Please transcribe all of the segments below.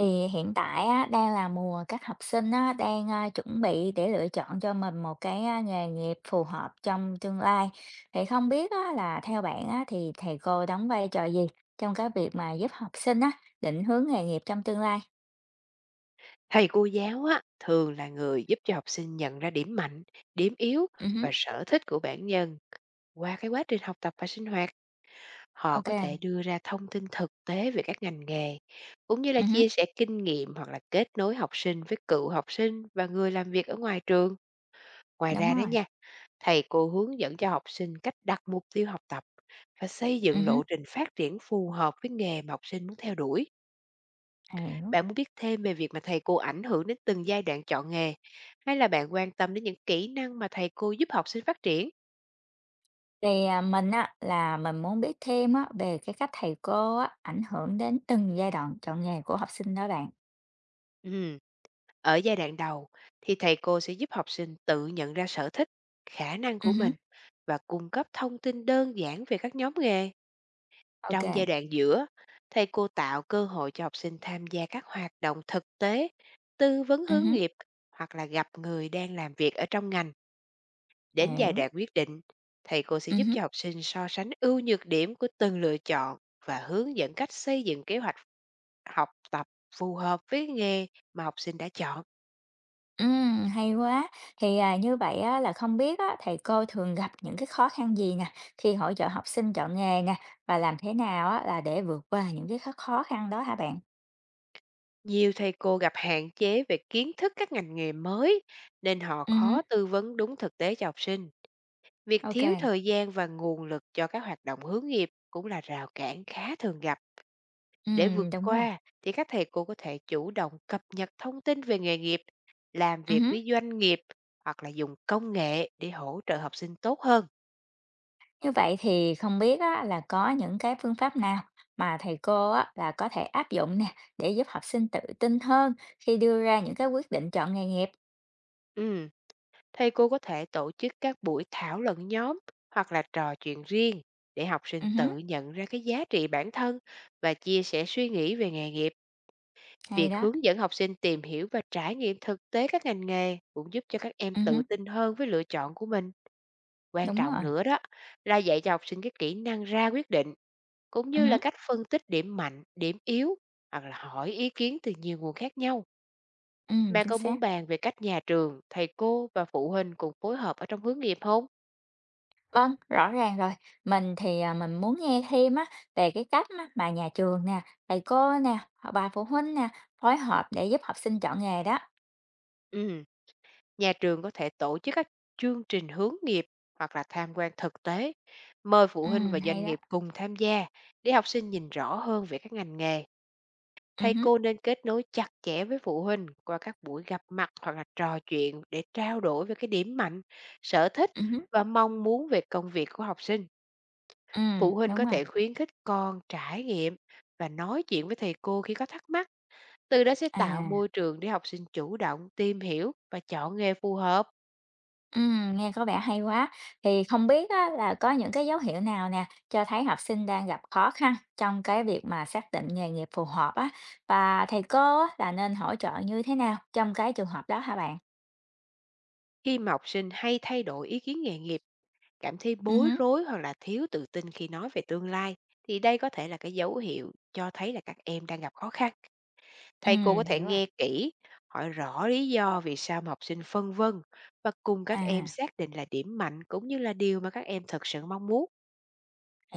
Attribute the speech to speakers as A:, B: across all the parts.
A: Thì hiện tại á, đang là mùa các học sinh á, đang, chuẩn bị để lựa chọn cho mình một cái, nghề nghiệp phù hợp trong tương lai. Thì không biết á, là theo bạn á, thì thầy cô đóng vai trò gì trong cái việc mà giúp học sinh á, định hướng nghề nghiệp trong tương lai?
B: Thầy cô giáo á, thường là người giúp cho học sinh nhận ra điểm mạnh, điểm yếu
A: Hứm,
B: và sở thích của bản nhân. Qua cái quá trình học tập và sinh hoạt, họ
A: ô
B: có
A: kê,
B: thể đưa ra thông tin thực tế về các ngành nghề, cũng như là
A: ừm
B: chia sẻ kinh nghiệm hoặc là kết nối học sinh với cựu học sinh và người làm việc ở ngoài trường. Ngoài
A: đúng
B: ra đó
A: rồi,
B: nha, thầy cô hướng dẫn cho học sinh cách đặt mục tiêu học tập và xây dựng
A: hứm,
B: lộ trình phát triển phù hợp với nghề mà học sinh muốn theo đuổi.
A: hiểu.
B: Bạn muốn biết thêm về việc mà thầy cô ảnh hưởng đến từng giai đoạn chọn nghề hay là bạn quan tâm đến những kỹ năng mà thầy cô giúp học sinh phát triển?
A: Thì, à, mình á, là mình muốn biết thêm á, về cái cách thầy cô á, ảnh hưởng đến từng giai đoạn chọn nghề của học sinh đó bạn.
B: Ừm, Ở giai đoạn đầu thì thầy cô sẽ giúp học sinh tự nhận ra sở thích, khả năng của
A: Hứm,
B: mình và cung cấp thông tin đơn giản về các nhóm nghề.
A: ô kê,
B: Trong giai đoạn giữa, thầy cô tạo cơ hội cho học sinh tham gia các hoạt động thực tế, tư vấn hướng
A: ừm
B: nghiệp hoặc là gặp người đang làm việc ở trong ngành. Đến giai
A: hiểu,
B: đoạn quyết định, thầy cô sẽ giúp
A: hứm.
B: cho học sinh so sánh ưu nhược điểm của từng lựa chọn và hướng dẫn cách xây dựng kế hoạch học tập phù hợp với nghề mà học sinh đã chọn.
A: Hay quá. Thì, à, như vậy á là không biết á, thầy cô thường gặp những cái khó khăn gì nè, khi hỗ trợ học sinh chọn nghề nè, và làm thế nào á là để vượt qua những cái khó khó khăn đó hả bạn?
B: Nhiều thầy cô gặp hạn chế về kiến thức các ngành nghề mới nên họ
A: Ừ hứm,
B: khó tư vấn đúng thực tế cho học sinh. Việc
A: ok kê,
B: thiếu thời gian và nguồn lực cho các hoạt động hướng nghiệp cũng là rào cản khá thường gặp. Để vượt
A: đúng rồi.
B: qua thì các thầy cô có thể chủ động cập nhật thông tin về nghề nghiệp, làm
A: Ừ
B: việc
A: hứm.
B: với doanh nghiệp hoặc là dùng công nghệ để hỗ trợ học sinh tốt hơn.
A: Như vậy thì không biết á là có những cái phương pháp nào mà thầy cô á là có thể áp dụng nè, để giúp học sinh tự tin hơn khi đưa ra những cái quyết định chọn nghề nghiệp?
B: Ừ, thầy cô có thể tổ chức các buổi thảo luận nhóm hoặc là trò chuyện riêng để học
A: Ừ
B: sinh
A: hứm,
B: tự nhận ra cái giá trị bản thân và chia sẻ suy nghĩ về nghề nghiệp.
A: hay
B: Việc
A: đó.
B: hướng dẫn học sinh tìm hiểu và trải nghiệm thực tế các ngành nghề cũng giúp cho các em
A: Ừ
B: tự
A: hứm,
B: tin hơn với lựa chọn của mình. Quan
A: đúng
B: trọng
A: rồi.
B: nữa đó là dạy cho học sinh cái kỹ năng ra quyết định cũng
A: Ừ
B: như là
A: hứm,
B: cách phân tích điểm mạnh, điểm yếu hoặc là hỏi ý kiến từ nhiều nguồn khác nhau. Bạn
A: chính
B: có muốn
A: xác.
B: bàn về cách nhà trường, thầy cô và phụ huynh cùng phối hợp ở trong hướng nghiệp không?
A: Vâng, rõ ràng rồi. Mình thì, à, mình muốn nghe thêm á về cái cách á mà nhà trường nè, thầy cô nè, hoặc bà phụ huynh nè, phối hợp để giúp học sinh chọn nghề đó.
B: Ừ, nhà trường có thể tổ chức các chương trình hướng nghiệp hoặc là tham quan thực tế, mời phụ huynh và
A: Hay
B: doanh
A: đó.
B: nghiệp cùng tham gia để học sinh nhìn rõ hơn về các ngành nghề. Thầy
A: Hứm,
B: cô nên kết nối chặt chẽ với phụ huynh qua các buổi gặp mặt hoặc là trò chuyện để trao đổi về cái điểm mạnh, sở thích
A: hứm,
B: và mong muốn về công việc của học sinh. Phụ huynh
A: đúng
B: có
A: rồi.
B: thể khuyến khích con trải nghiệm và nói chuyện với thầy cô khi có thắc mắc, từ đó sẽ tạo
A: À,
B: môi trường để học sinh chủ động tìm hiểu và chọn nghề phù hợp.
A: nghe có vẻ hay quá. Thì không biết á là có những cái dấu hiệu nào nè cho thấy học sinh đang gặp khó khăn trong cái việc mà xác định nghề nghiệp phù hợp á, và thầy cô á là nên hỗ trợ như thế nào trong cái trường hợp đó hả bạn?
B: Khi mà học sinh hay thay đổi ý kiến nghề nghiệp, cảm thấy bối
A: Hứm,
B: rối hoặc là thiếu tự tin khi nói về tương lai thì đây có thể là cái dấu hiệu cho thấy là các em đang gặp khó khăn. Thầy cô có
A: hiểu
B: thể
A: rồi.
B: nghe kỹ, hỏi rõ lý do vì sao mà học sinh phân vân và cùng các em
A: À,
B: xác định là điểm mạnh cũng như là điều mà các em thật sự mong muốn.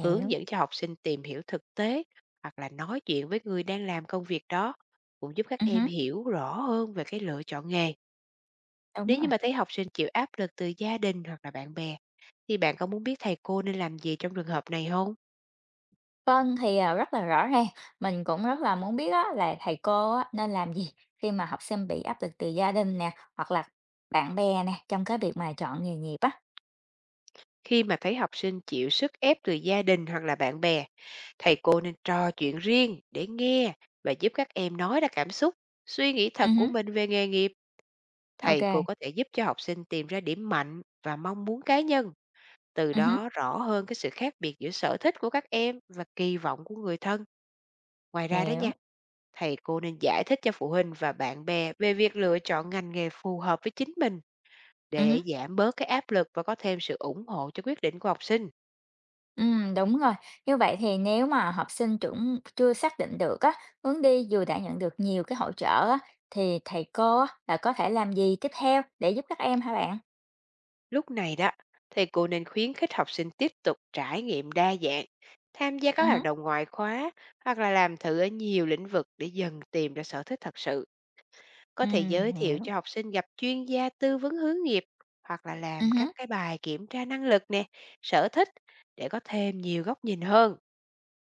B: Hướng dẫn cho học sinh tìm hiểu thực tế hoặc là nói chuyện với người đang làm công việc đó cũng giúp các em
A: Ừm,
B: hiểu rõ hơn về cái lựa chọn nghề.
A: đúng
B: Nếu
A: rồi.
B: như mà thấy học sinh chịu áp lực từ gia đình hoặc là bạn bè, thì bạn có muốn biết thầy cô nên làm gì trong trường hợp này không?
A: Vâng, thì, à, rất là rõ ràng, mình cũng rất là muốn biết á là thầy cô á nên làm gì khi mà học sinh bị áp lực từ gia đình nè, hoặc là bạn bè nè, trong cái việc mà chọn nghề nghiệp á?
B: Khi mà thấy học sinh chịu sức ép từ gia đình hoặc là bạn bè, thầy cô nên trò chuyện riêng để nghe và giúp các em nói ra cảm xúc, suy nghĩ
A: Ừ,
B: thật của
A: hứm,
B: mình về nghề nghiệp.
A: ô
B: Thầy
A: kê,
B: cô có thể giúp cho học sinh tìm ra điểm mạnh và mong muốn cá nhân. Từ
A: ừm
B: đó rõ hơn cái sự khác biệt giữa sở thích của các em và kỳ vọng của người thân. Ngoài ra đó
A: hiểu,
B: nha, thầy cô nên giải thích cho phụ huynh và bạn bè về việc lựa chọn ngành nghề phù hợp với chính mình
A: ừ,
B: để
A: hứm,
B: giảm bớt cái áp lực và có thêm sự ủng hộ cho quyết định của học sinh.
A: đúng rồi. Như vậy thì nếu mà học sinh chưa xác định được á, hướng đi dù đã nhận được nhiều cái hỗ trợ á, thì thầy cô á là có thể làm gì tiếp theo để giúp các em hả bạn?
B: Lúc này đó, thầy cô nên khuyến khích học sinh tiếp tục trải nghiệm đa dạng, tham gia
A: Ừ,
B: các hoạt
A: hứm,
B: động ngoại khóa hoặc là làm thử ở nhiều lĩnh vực để dần tìm ra sở thích thật sự. Có thể giới thiệu
A: hiểu,
B: cho học sinh gặp chuyên gia tư vấn hướng nghiệp hoặc là
A: ừ,
B: làm các
A: hứm,
B: cái bài kiểm tra năng lực nè, sở thích để có thêm nhiều góc nhìn hơn.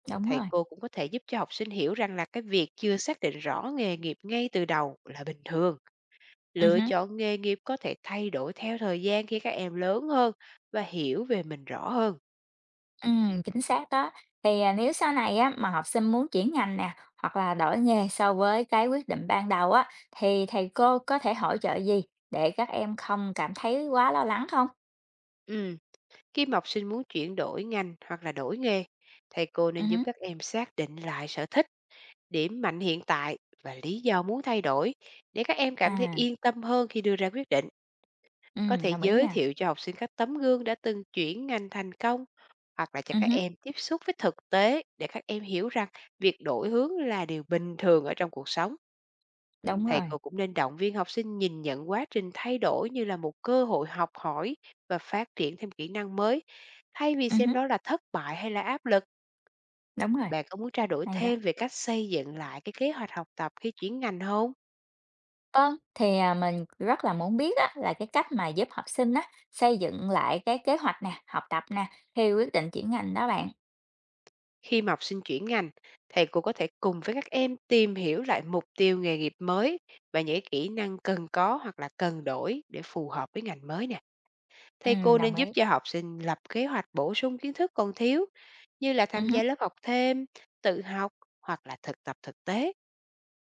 A: đúng
B: Thầy
A: rồi,
B: cô cũng có thể giúp cho học sinh hiểu rằng là cái việc chưa xác định rõ nghề nghiệp ngay từ đầu là bình thường. Lựa
A: hứm.
B: chọn nghề nghiệp có thể thay đổi theo thời gian khi các em lớn hơn và hiểu về mình rõ hơn.
A: Chính xác đó. Thì, à, nếu sau này á, mà học sinh muốn chuyển ngành nè, hoặc là đổi nghề so với cái quyết định ban đầu á, thì thầy cô có thể hỗ trợ gì để các em không cảm thấy quá lo lắng không?
B: Ừ, khi mà học sinh muốn chuyển đổi ngành hoặc là đổi nghề, thầy cô nên giúp
A: Hứm,
B: các em xác định lại sở thích, điểm mạnh hiện tại và lý do muốn thay đổi để các em cảm thấy
A: à,
B: yên tâm hơn khi đưa ra quyết định. Có thể
A: đồng ý
B: giới
A: nha.
B: thiệu cho học sinh các tấm gương đã từng chuyển ngành thành công hoặc là cho
A: Ừm
B: các
A: hứm,
B: em tiếp xúc với thực tế để các em hiểu rằng việc đổi hướng là điều bình thường ở trong cuộc sống.
A: đúng
B: Thầy
A: rồi,
B: cô cũng nên động viên học sinh nhìn nhận quá trình thay đổi như là một cơ hội học hỏi và phát triển thêm kỹ năng mới, thay vì xem
A: hứm,
B: đó là thất bại hay là áp lực.
A: đúng rồi,
B: Bạn có muốn trao đổi
A: hay đó.
B: thêm về cách xây dựng lại cái kế hoạch học tập khi chuyển ngành không?
A: Vâng, thì, à, mình rất là muốn biết á, là cái cách mà giúp học sinh á, xây dựng lại cái kế hoạch nè, học tập nè, khi quyết định chuyển ngành đó bạn.
B: Khi mà học sinh chuyển ngành, thầy cô có thể cùng với các em tìm hiểu lại mục tiêu nghề nghiệp mới và những kỹ năng cần có hoặc là cần đổi để phù hợp với ngành mới nè. Thầy cô
A: Đồng
B: nên giúp
A: ý.
B: cho học sinh lập kế hoạch bổ sung kiến thức còn thiếu như là tham
A: Hứm,
B: gia lớp học thêm, tự học hoặc là thực tập thực tế.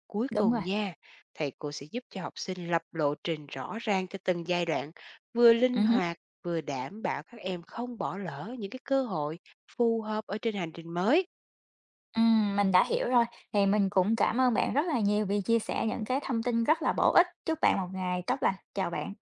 B: Cuối
A: đúng rồi,
B: cùng nha, thầy cô sẽ giúp cho học sinh lập lộ trình rõ ràng cho từng giai đoạn, vừa linh
A: hứm.
B: hoạt vừa đảm bảo các em không bỏ lỡ những cái cơ hội phù hợp ở trên hành trình mới.
A: Mình đã hiểu rồi. Thì mình cũng cảm ơn bạn rất là nhiều vì chia sẻ những cái thông tin rất là bổ ích. Chúc bạn một ngày tốt lành. Chào bạn.